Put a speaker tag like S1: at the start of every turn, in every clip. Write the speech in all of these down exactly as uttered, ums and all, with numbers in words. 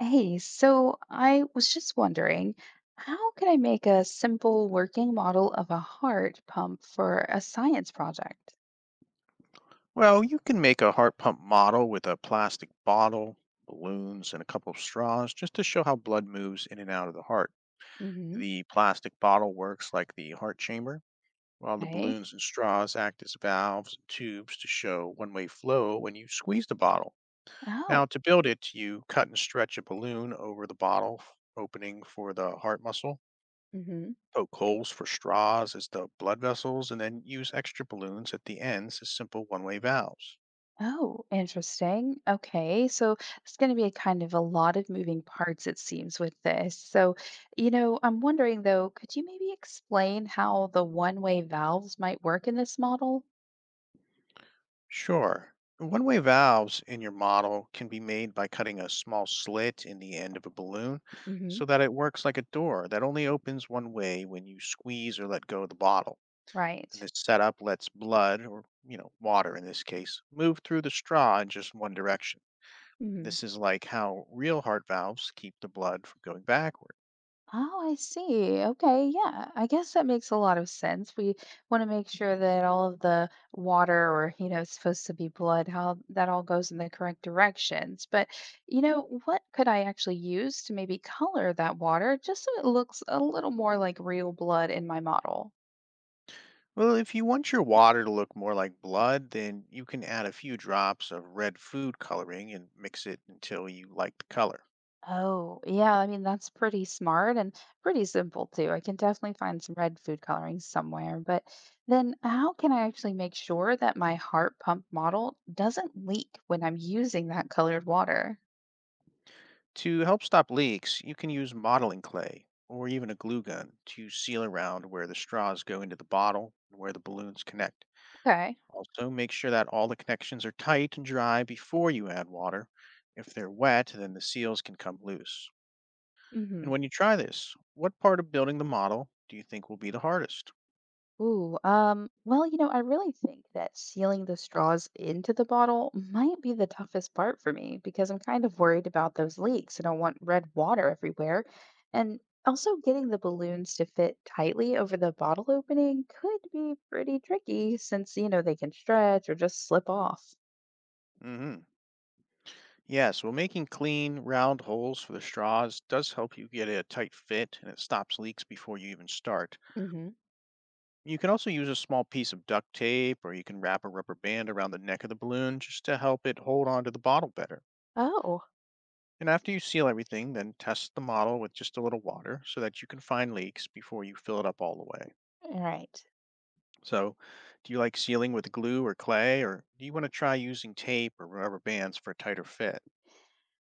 S1: Hey, so I was just wondering, how can I make a simple working model of a heart pump for a science project?
S2: Well, you can make a heart pump model with a plastic bottle, balloons, and a couple of straws just to show how blood moves in and out of the heart.
S1: Mm-hmm.
S2: The plastic bottle works like the heart chamber, while the
S1: Okay.
S2: balloons and straws act as valves and tubes to show one way flow when you squeeze the bottle.
S1: Oh.
S2: Now, to build it, you cut and stretch a balloon over the bottle f- opening for the heart muscle,
S1: Mm-hmm.
S2: poke holes for straws as the blood vessels, and then use extra balloons at the ends as simple one way valves.
S1: Oh, interesting. Okay, so it's going to be a kind of a lot of moving parts, it seems, with this. So, you know, I'm wondering though, could you maybe explain how the one-way valves might work in this model?
S2: Sure. One-way valves in your model can be made by cutting a small slit in the end of a balloon
S1: Mm-hmm.
S2: so that it works like a door that only opens one way when you squeeze or let go of the bottle. And
S1: Right.
S2: this setup lets blood, or you know, water in this case, move through the straw in just one direction. This is like how real heart valves keep the blood from going backward.
S1: Oh, I see. Okay, yeah. I guess that makes a lot of sense. We want to make sure that all of the water or, you know, it's supposed to be blood, how that all goes in the correct directions. But, you
S2: Mhm.
S1: know, what could I actually use to maybe color that water just so it looks a little more like real blood in my model?
S2: Well, if you want your water to look more like blood, then you can add a few drops of red food coloring and mix it until you like the color.
S1: Oh, yeah. I mean, that's pretty smart and pretty simple too. I can definitely find some red food coloring somewhere. But then, how can I actually make sure that my heart pump model doesn't leak when I'm using that colored water?
S2: To help stop leaks, you can use modeling clay or even a glue gun to seal around where the straws go into the bottle and where the balloons connect.
S1: Okay.
S2: Also, make sure that all the connections are tight and dry before you add water. If they're wet, then the seals can come loose. And
S1: Mm-hmm.
S2: when you try this, what part of building the model do you think will be the hardest?
S1: Ooh, um, well, you know, I really think that sealing the straws into the bottle might be the toughest part for me because I'm kind of worried about those leaks. I don't want red water everywhere. And also getting the balloons to fit tightly over the bottle opening could be pretty tricky since, you know, they can stretch or just slip off.
S2: Hmm. Yes, well, making clean, round holes for the straws does help you get a tight fit and it stops leaks before you even start.
S1: Hmm.
S2: You can also use a small piece of duct tape or you can wrap a rubber band around the neck of the balloon just to help it hold on to the bottle better.
S1: Oh.
S2: And after you seal everything, then test the model with just a little water so that you can find leaks before you fill it up all the way.
S1: All right.
S2: So, do you like sealing with glue or clay, or do you want to try using tape or rubber bands for a tighter fit?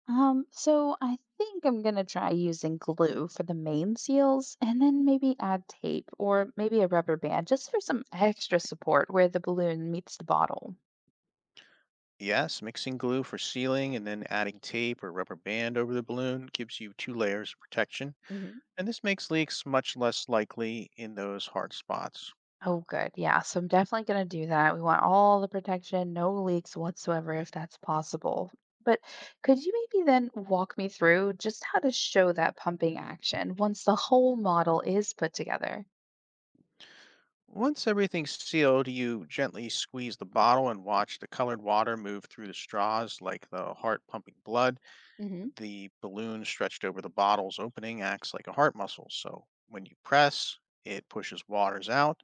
S1: Um, so I think I'm gonna try using glue for the main seals and then maybe add tape or maybe a rubber band just for some extra support where the balloon meets the bottle.
S2: Yes, mixing glue for sealing and then adding tape or rubber band over the balloon gives you two layers of protection,
S1: Hmm.
S2: and this makes leaks much less likely in those hard spots.
S1: Oh, good. Yeah, so I'm definitely gonna do that. We want all the protection, no leaks whatsoever if that's possible. But could you maybe then walk me through just how to show that pumping action once the whole model is put together?
S2: Once everything's sealed, you gently squeeze the bottle and watch the colored water move through the straws like the heart pumping blood.
S1: Hmm.
S2: The balloon stretched over the bottle's opening acts like a heart muscle. So when you press, it pushes waters out.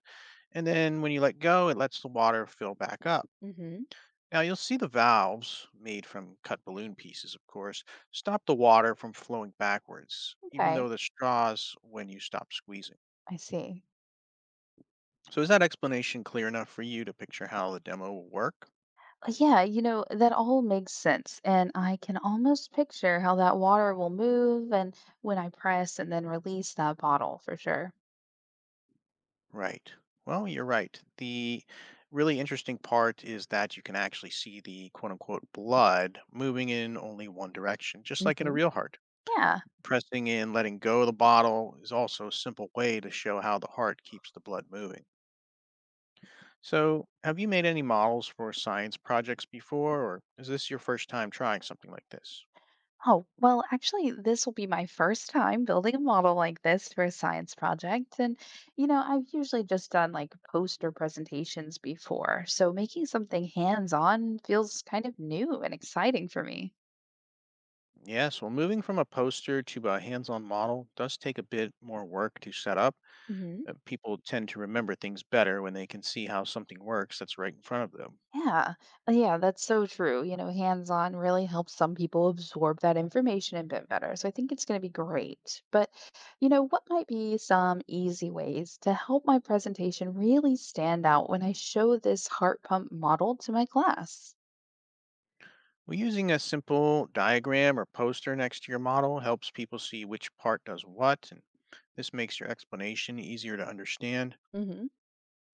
S2: And then when you let go, it lets the water fill back up.
S1: Hmm.
S2: Now you'll see the valves, made from cut balloon pieces, of course, stop the water from flowing backwards, even though
S1: Okay,
S2: the straws when you stop squeezing.
S1: I see.
S2: So is that explanation clear enough for you to picture how the demo will work?
S1: Uh, Yeah, you know, that all makes sense. And I can almost picture how that water will move and when I press and then release that bottle for sure.
S2: Right. Well, you're right. The really interesting part is that you can actually see the quote unquote blood moving in only one direction, just like in a
S1: Hmm.
S2: real heart.
S1: Yeah.
S2: Pressing in, letting go of the bottle is also a simple way to show how the heart keeps the blood moving. So, have you made any models for science projects before, or is this your first time trying something like this?
S1: Oh, well, actually, this will be my first time building a model like this for a science project. And, you know, I've usually just done like poster presentations before. So making something hands on feels kind of new and exciting for me.
S2: Yes, well, moving from a poster to a hands on model does take a bit more work to set up. Uh, people tend to remember things better when they can see how something works that's right in front of them.
S1: Yeah, uh, yeah, that's so true. You know, hands-on really helps some people absorb that information a bit better. So I think it's going to be great. But, you know, what might be some easy ways to help my presentation really stand out when I show this heart pump model to my class?
S2: Well, using a simple diagram or poster next to your model helps people see which part does what, and this makes your explanation easier to understand.
S1: Hmm.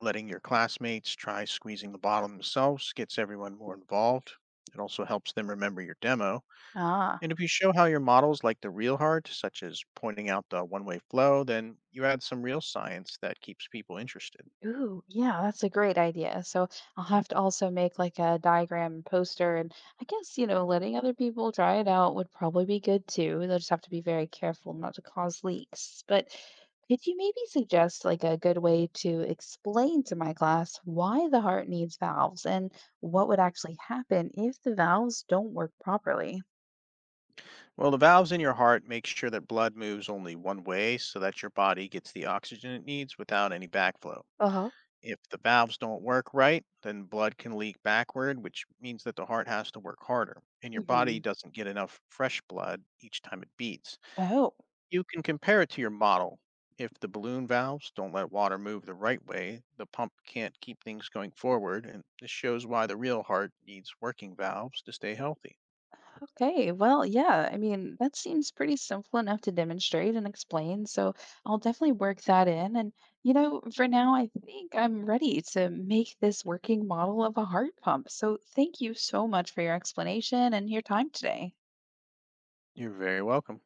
S2: Letting your classmates try squeezing the bottle themselves gets everyone more involved. It also helps them remember your demo.
S1: Ah.
S2: And if you show how your models like the real heart, such as pointing out the one way flow, then you add some real science that keeps people interested.
S1: Ooh, yeah, that's a great idea. So I'll have to also make like a diagram and poster, and I guess, you know, letting other people try it out would probably be good too. They'll just have to be very careful not to cause leaks. But could you maybe suggest like a good way to explain to my class why the heart needs valves and what would actually happen if the valves don't work properly?
S2: Well, the valves in your heart make sure that blood moves only one way so that your body gets the oxygen it needs without any backflow.
S1: Uh huh.
S2: If the valves don't work right, then blood can leak backward, which means that the heart has to work harder, and your body
S1: Hmm.
S2: doesn't get enough fresh blood each time it beats.
S1: Oh.
S2: You can compare it to your model. If the balloon valves don't let water move the right way, the pump can't keep things going forward, and this shows why the real heart needs working valves to stay healthy.
S1: Okay, well, yeah, I mean, that seems pretty simple enough to demonstrate and explain, so I'll definitely work that in. And, you know, for now, I think I'm ready to make this working model of a heart pump. So thank you so much for your explanation and your time today.
S2: You're very welcome.